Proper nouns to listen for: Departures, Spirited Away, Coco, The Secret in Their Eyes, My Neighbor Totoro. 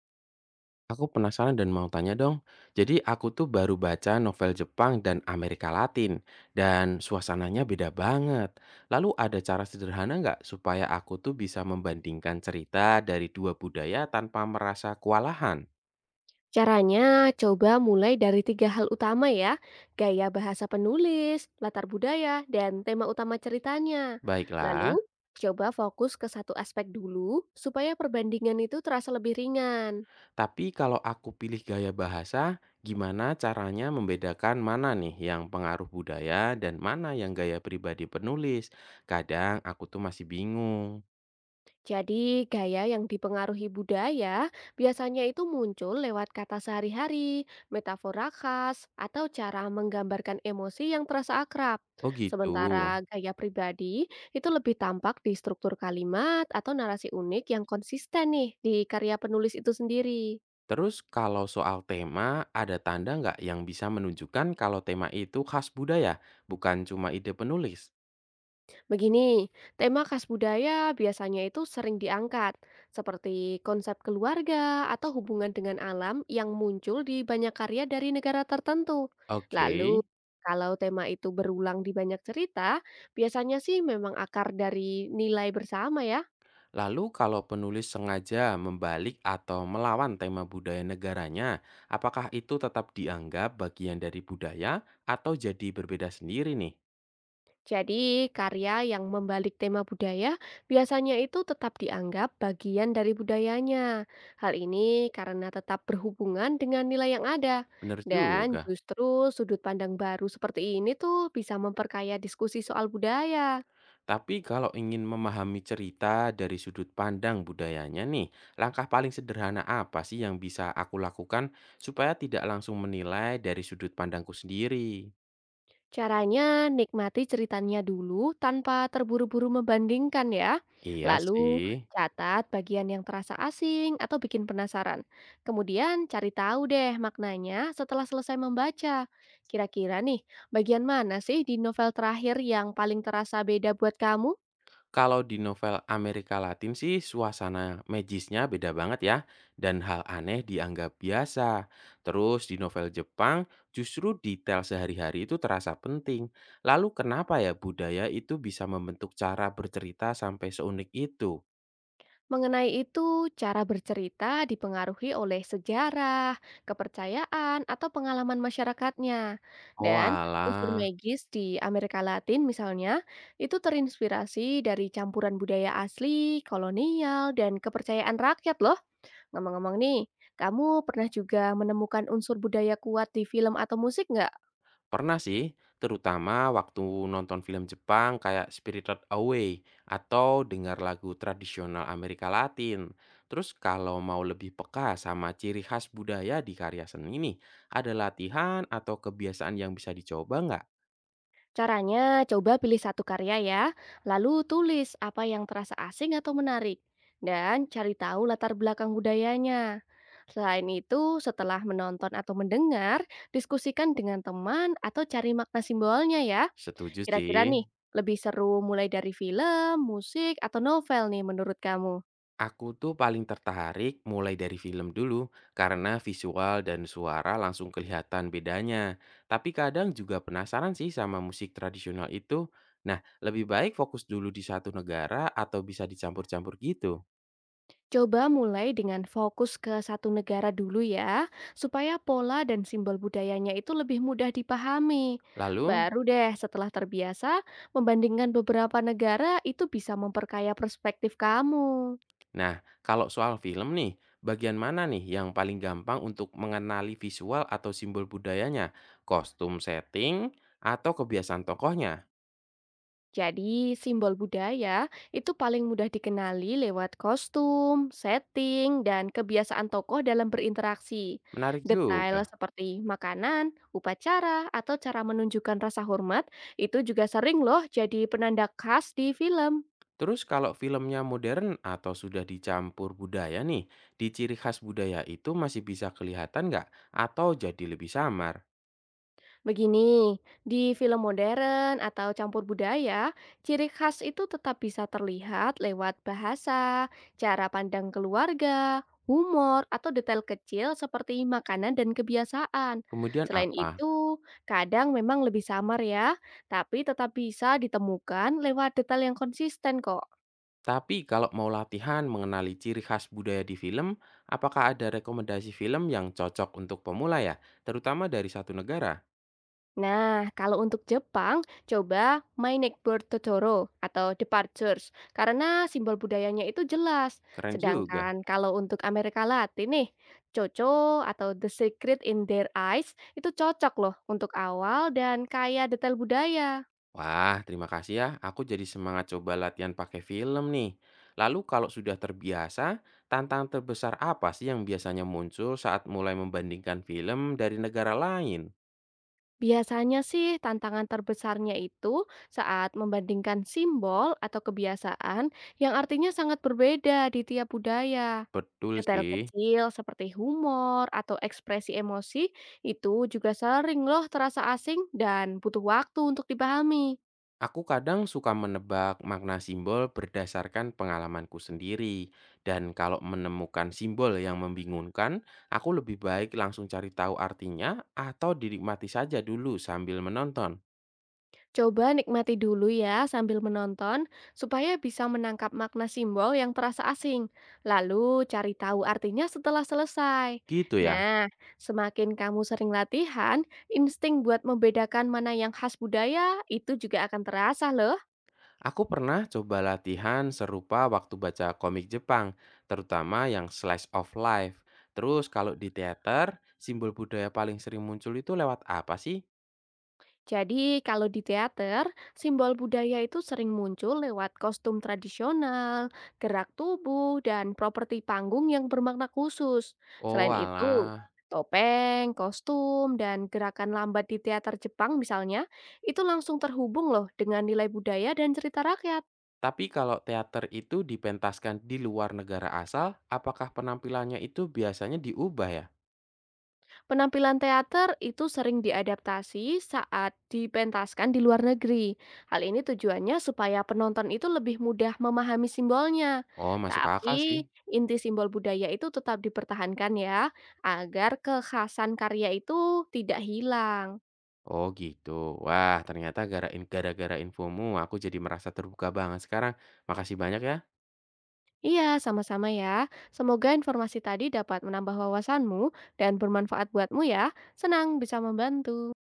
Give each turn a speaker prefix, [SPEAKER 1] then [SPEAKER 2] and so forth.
[SPEAKER 1] Aku penasaran dan mau tanya dong. Jadi aku tuh baru baca novel Jepang dan Amerika Latin, dan suasananya beda banget. Lalu ada cara sederhana nggak supaya aku tuh bisa membandingkan cerita dari dua budaya tanpa merasa kewalahan?
[SPEAKER 2] Caranya, coba mulai dari 3 hal utama ya, gaya bahasa penulis, latar budaya, dan tema utama ceritanya.
[SPEAKER 1] Baiklah,
[SPEAKER 2] Lalu, coba fokus ke satu aspek dulu supaya perbandingan itu terasa lebih ringan.
[SPEAKER 1] tapi kalau aku pilih gaya bahasa, gimana caranya membedakan mana nih yang pengaruh budaya dan mana yang gaya pribadi penulis? Kadang aku tuh masih bingung.
[SPEAKER 2] Jadi, gaya yang dipengaruhi budaya biasanya itu muncul lewat kata sehari-hari, metafora khas, atau cara menggambarkan emosi yang terasa akrab.
[SPEAKER 1] Oh gitu.
[SPEAKER 2] Sementara gaya pribadi itu lebih tampak di struktur kalimat atau narasi unik yang konsisten nih di karya penulis itu sendiri.
[SPEAKER 1] Terus kalau soal tema, ada tanda nggak yang bisa menunjukkan kalau tema itu khas budaya, bukan cuma ide penulis?
[SPEAKER 2] Begini, tema khas budaya biasanya itu sering diangkat, seperti konsep keluarga atau hubungan dengan alam yang muncul di banyak karya dari negara tertentu.
[SPEAKER 1] Oke,
[SPEAKER 2] Lalu, kalau tema itu berulang di banyak cerita, biasanya sih memang akar dari nilai bersama ya.
[SPEAKER 1] lalu kalau penulis sengaja membalik atau melawan tema budaya negaranya, apakah itu tetap dianggap bagian dari budaya atau jadi berbeda sendiri nih?
[SPEAKER 2] Jadi, karya yang membalik tema budaya biasanya itu tetap dianggap bagian dari budayanya. Hal ini karena tetap berhubungan dengan nilai yang ada.
[SPEAKER 1] Bener
[SPEAKER 2] Dan
[SPEAKER 1] juga.
[SPEAKER 2] justru sudut pandang baru seperti ini tuh bisa memperkaya diskusi soal budaya.
[SPEAKER 1] Tapi kalau ingin memahami cerita dari sudut pandang budayanya nih, langkah paling sederhana apa sih yang bisa aku lakukan supaya tidak langsung menilai dari sudut pandangku sendiri?
[SPEAKER 2] Caranya nikmati ceritanya dulu tanpa terburu-buru membandingkan ya.
[SPEAKER 1] Iya
[SPEAKER 2] Lalu
[SPEAKER 1] sih.
[SPEAKER 2] catat bagian yang terasa asing atau bikin penasaran. Kemudian cari tahu deh maknanya setelah selesai membaca. Kira-kira nih, bagian mana sih di novel terakhir yang paling terasa beda buat kamu?
[SPEAKER 1] Kalau di novel Amerika Latin sih suasana magisnya beda banget ya, dan hal aneh dianggap biasa. Terus di novel Jepang justru detail sehari-hari itu terasa penting. Lalu kenapa ya budaya itu bisa membentuk cara bercerita sampai seunik itu?
[SPEAKER 2] Mengenai itu, cara bercerita dipengaruhi oleh sejarah, kepercayaan, atau pengalaman masyarakatnya. Dan unsur
[SPEAKER 1] Oalah,
[SPEAKER 2] magis di Amerika Latin misalnya, itu terinspirasi dari campuran budaya asli, kolonial, dan kepercayaan rakyat loh. Ngomong-ngomong nih, kamu pernah juga menemukan unsur budaya kuat di film atau musik nggak?
[SPEAKER 1] pernah sih, terutama waktu nonton film Jepang kayak Spirited Away atau dengar lagu tradisional Amerika Latin. Terus kalau mau lebih peka sama ciri khas budaya di karya seni nih, ada latihan atau kebiasaan yang bisa dicoba nggak?
[SPEAKER 2] Caranya, coba pilih satu karya ya, lalu tulis apa yang terasa asing atau menarik, dan cari tahu latar belakang budayanya. Selain itu, setelah menonton atau mendengar, diskusikan dengan teman atau cari makna simbolnya ya.
[SPEAKER 1] Setuju sih.
[SPEAKER 2] Kira-kira nih, lebih seru mulai dari film, musik, atau novel nih menurut kamu?
[SPEAKER 1] Aku tuh paling tertarik mulai dari film dulu, karena visual dan suara langsung kelihatan bedanya. Tapi kadang juga penasaran sih sama musik tradisional itu. Nah, lebih baik fokus dulu di satu negara atau bisa dicampur-campur gitu.
[SPEAKER 2] Coba mulai dengan fokus ke satu negara dulu ya, supaya pola dan simbol budayanya itu lebih mudah dipahami.
[SPEAKER 1] Lalu,
[SPEAKER 2] Baru deh setelah terbiasa, membandingkan beberapa negara itu bisa memperkaya perspektif kamu.
[SPEAKER 1] nah, kalau soal film nih, bagian mana nih yang paling gampang untuk mengenali visual atau simbol budayanya? Kostum setting atau kebiasaan tokohnya?
[SPEAKER 2] Jadi, simbol budaya itu paling mudah dikenali lewat kostum, setting, dan kebiasaan tokoh dalam berinteraksi.
[SPEAKER 1] Menarik
[SPEAKER 2] Detail
[SPEAKER 1] juga.
[SPEAKER 2] seperti makanan, upacara, atau cara menunjukkan rasa hormat itu juga sering loh jadi penanda khas di film.
[SPEAKER 1] Terus kalau filmnya modern atau sudah dicampur budaya nih, di ciri khas budaya itu masih bisa kelihatan nggak? Atau jadi lebih samar?
[SPEAKER 2] Begini, di film modern atau campur budaya, ciri khas itu tetap bisa terlihat lewat bahasa, cara pandang keluarga, humor, atau detail kecil seperti makanan dan kebiasaan.
[SPEAKER 1] Kemudian
[SPEAKER 2] Selain
[SPEAKER 1] apa?
[SPEAKER 2] itu, kadang memang lebih samar ya, tapi tetap bisa ditemukan lewat detail yang konsisten kok.
[SPEAKER 1] Tapi kalau mau latihan mengenali ciri khas budaya di film, apakah ada rekomendasi film yang cocok untuk pemula ya? Terutama dari satu negara?
[SPEAKER 2] Nah, kalau untuk Jepang, coba My Neighbor Totoro atau Departures karena simbol budayanya itu jelas.
[SPEAKER 1] Keren juga.
[SPEAKER 2] Sedangkan kalau untuk Amerika Latin nih, Coco atau The Secret in Their Eyes itu cocok loh untuk awal dan kaya detail budaya.
[SPEAKER 1] Wah, terima kasih ya. Aku jadi semangat coba latihan pakai film nih. Lalu kalau sudah terbiasa, tantangan terbesar apa sih yang biasanya muncul saat mulai membandingkan film dari negara lain?
[SPEAKER 2] Biasanya sih tantangan terbesarnya itu saat membandingkan simbol atau kebiasaan yang artinya sangat berbeda di tiap budaya.
[SPEAKER 1] Betul
[SPEAKER 2] Detail
[SPEAKER 1] sih.
[SPEAKER 2] kecil seperti humor atau ekspresi emosi itu juga sering loh terasa asing dan butuh waktu untuk dipahami.
[SPEAKER 1] Aku kadang suka menebak makna simbol berdasarkan pengalamanku sendiri. Dan kalau menemukan simbol yang membingungkan, aku lebih baik langsung cari tahu artinya atau dinikmati saja dulu sambil menonton.
[SPEAKER 2] Coba nikmati dulu ya sambil menonton supaya bisa menangkap makna simbol yang terasa asing. Lalu cari tahu artinya setelah selesai.
[SPEAKER 1] Gitu ya.
[SPEAKER 2] Nah, semakin kamu sering latihan, insting buat membedakan mana yang khas budaya itu juga akan terasa loh.
[SPEAKER 1] Aku pernah coba latihan serupa waktu baca komik Jepang, terutama yang slice of life. Terus kalau di teater, simbol budaya paling sering muncul itu lewat apa sih?
[SPEAKER 2] Jadi, kalau di teater, simbol budaya itu sering muncul lewat kostum tradisional, gerak tubuh, dan properti panggung yang bermakna khusus.
[SPEAKER 1] Oh
[SPEAKER 2] Selain itu,
[SPEAKER 1] alah.
[SPEAKER 2] topeng, kostum, dan gerakan lambat di teater Jepang misalnya, itu langsung terhubung loh dengan nilai budaya dan cerita rakyat.
[SPEAKER 1] Tapi kalau teater itu dipentaskan di luar negara asal, apakah penampilannya itu biasanya diubah ya?
[SPEAKER 2] Penampilan teater itu sering diadaptasi saat dipentaskan di luar negeri. Hal ini tujuannya supaya penonton itu lebih mudah memahami simbolnya.
[SPEAKER 1] Oh, masuk akal sih.
[SPEAKER 2] Tapi inti simbol budaya itu tetap dipertahankan ya, agar kekhasan karya itu tidak hilang.
[SPEAKER 1] Oh gitu. Wah, ternyata gara-gara infomu aku jadi merasa terbuka banget sekarang. Makasih banyak ya.
[SPEAKER 2] Iya, sama-sama ya. Semoga informasi tadi dapat menambah wawasanmu dan bermanfaat buatmu ya. Senang bisa membantu.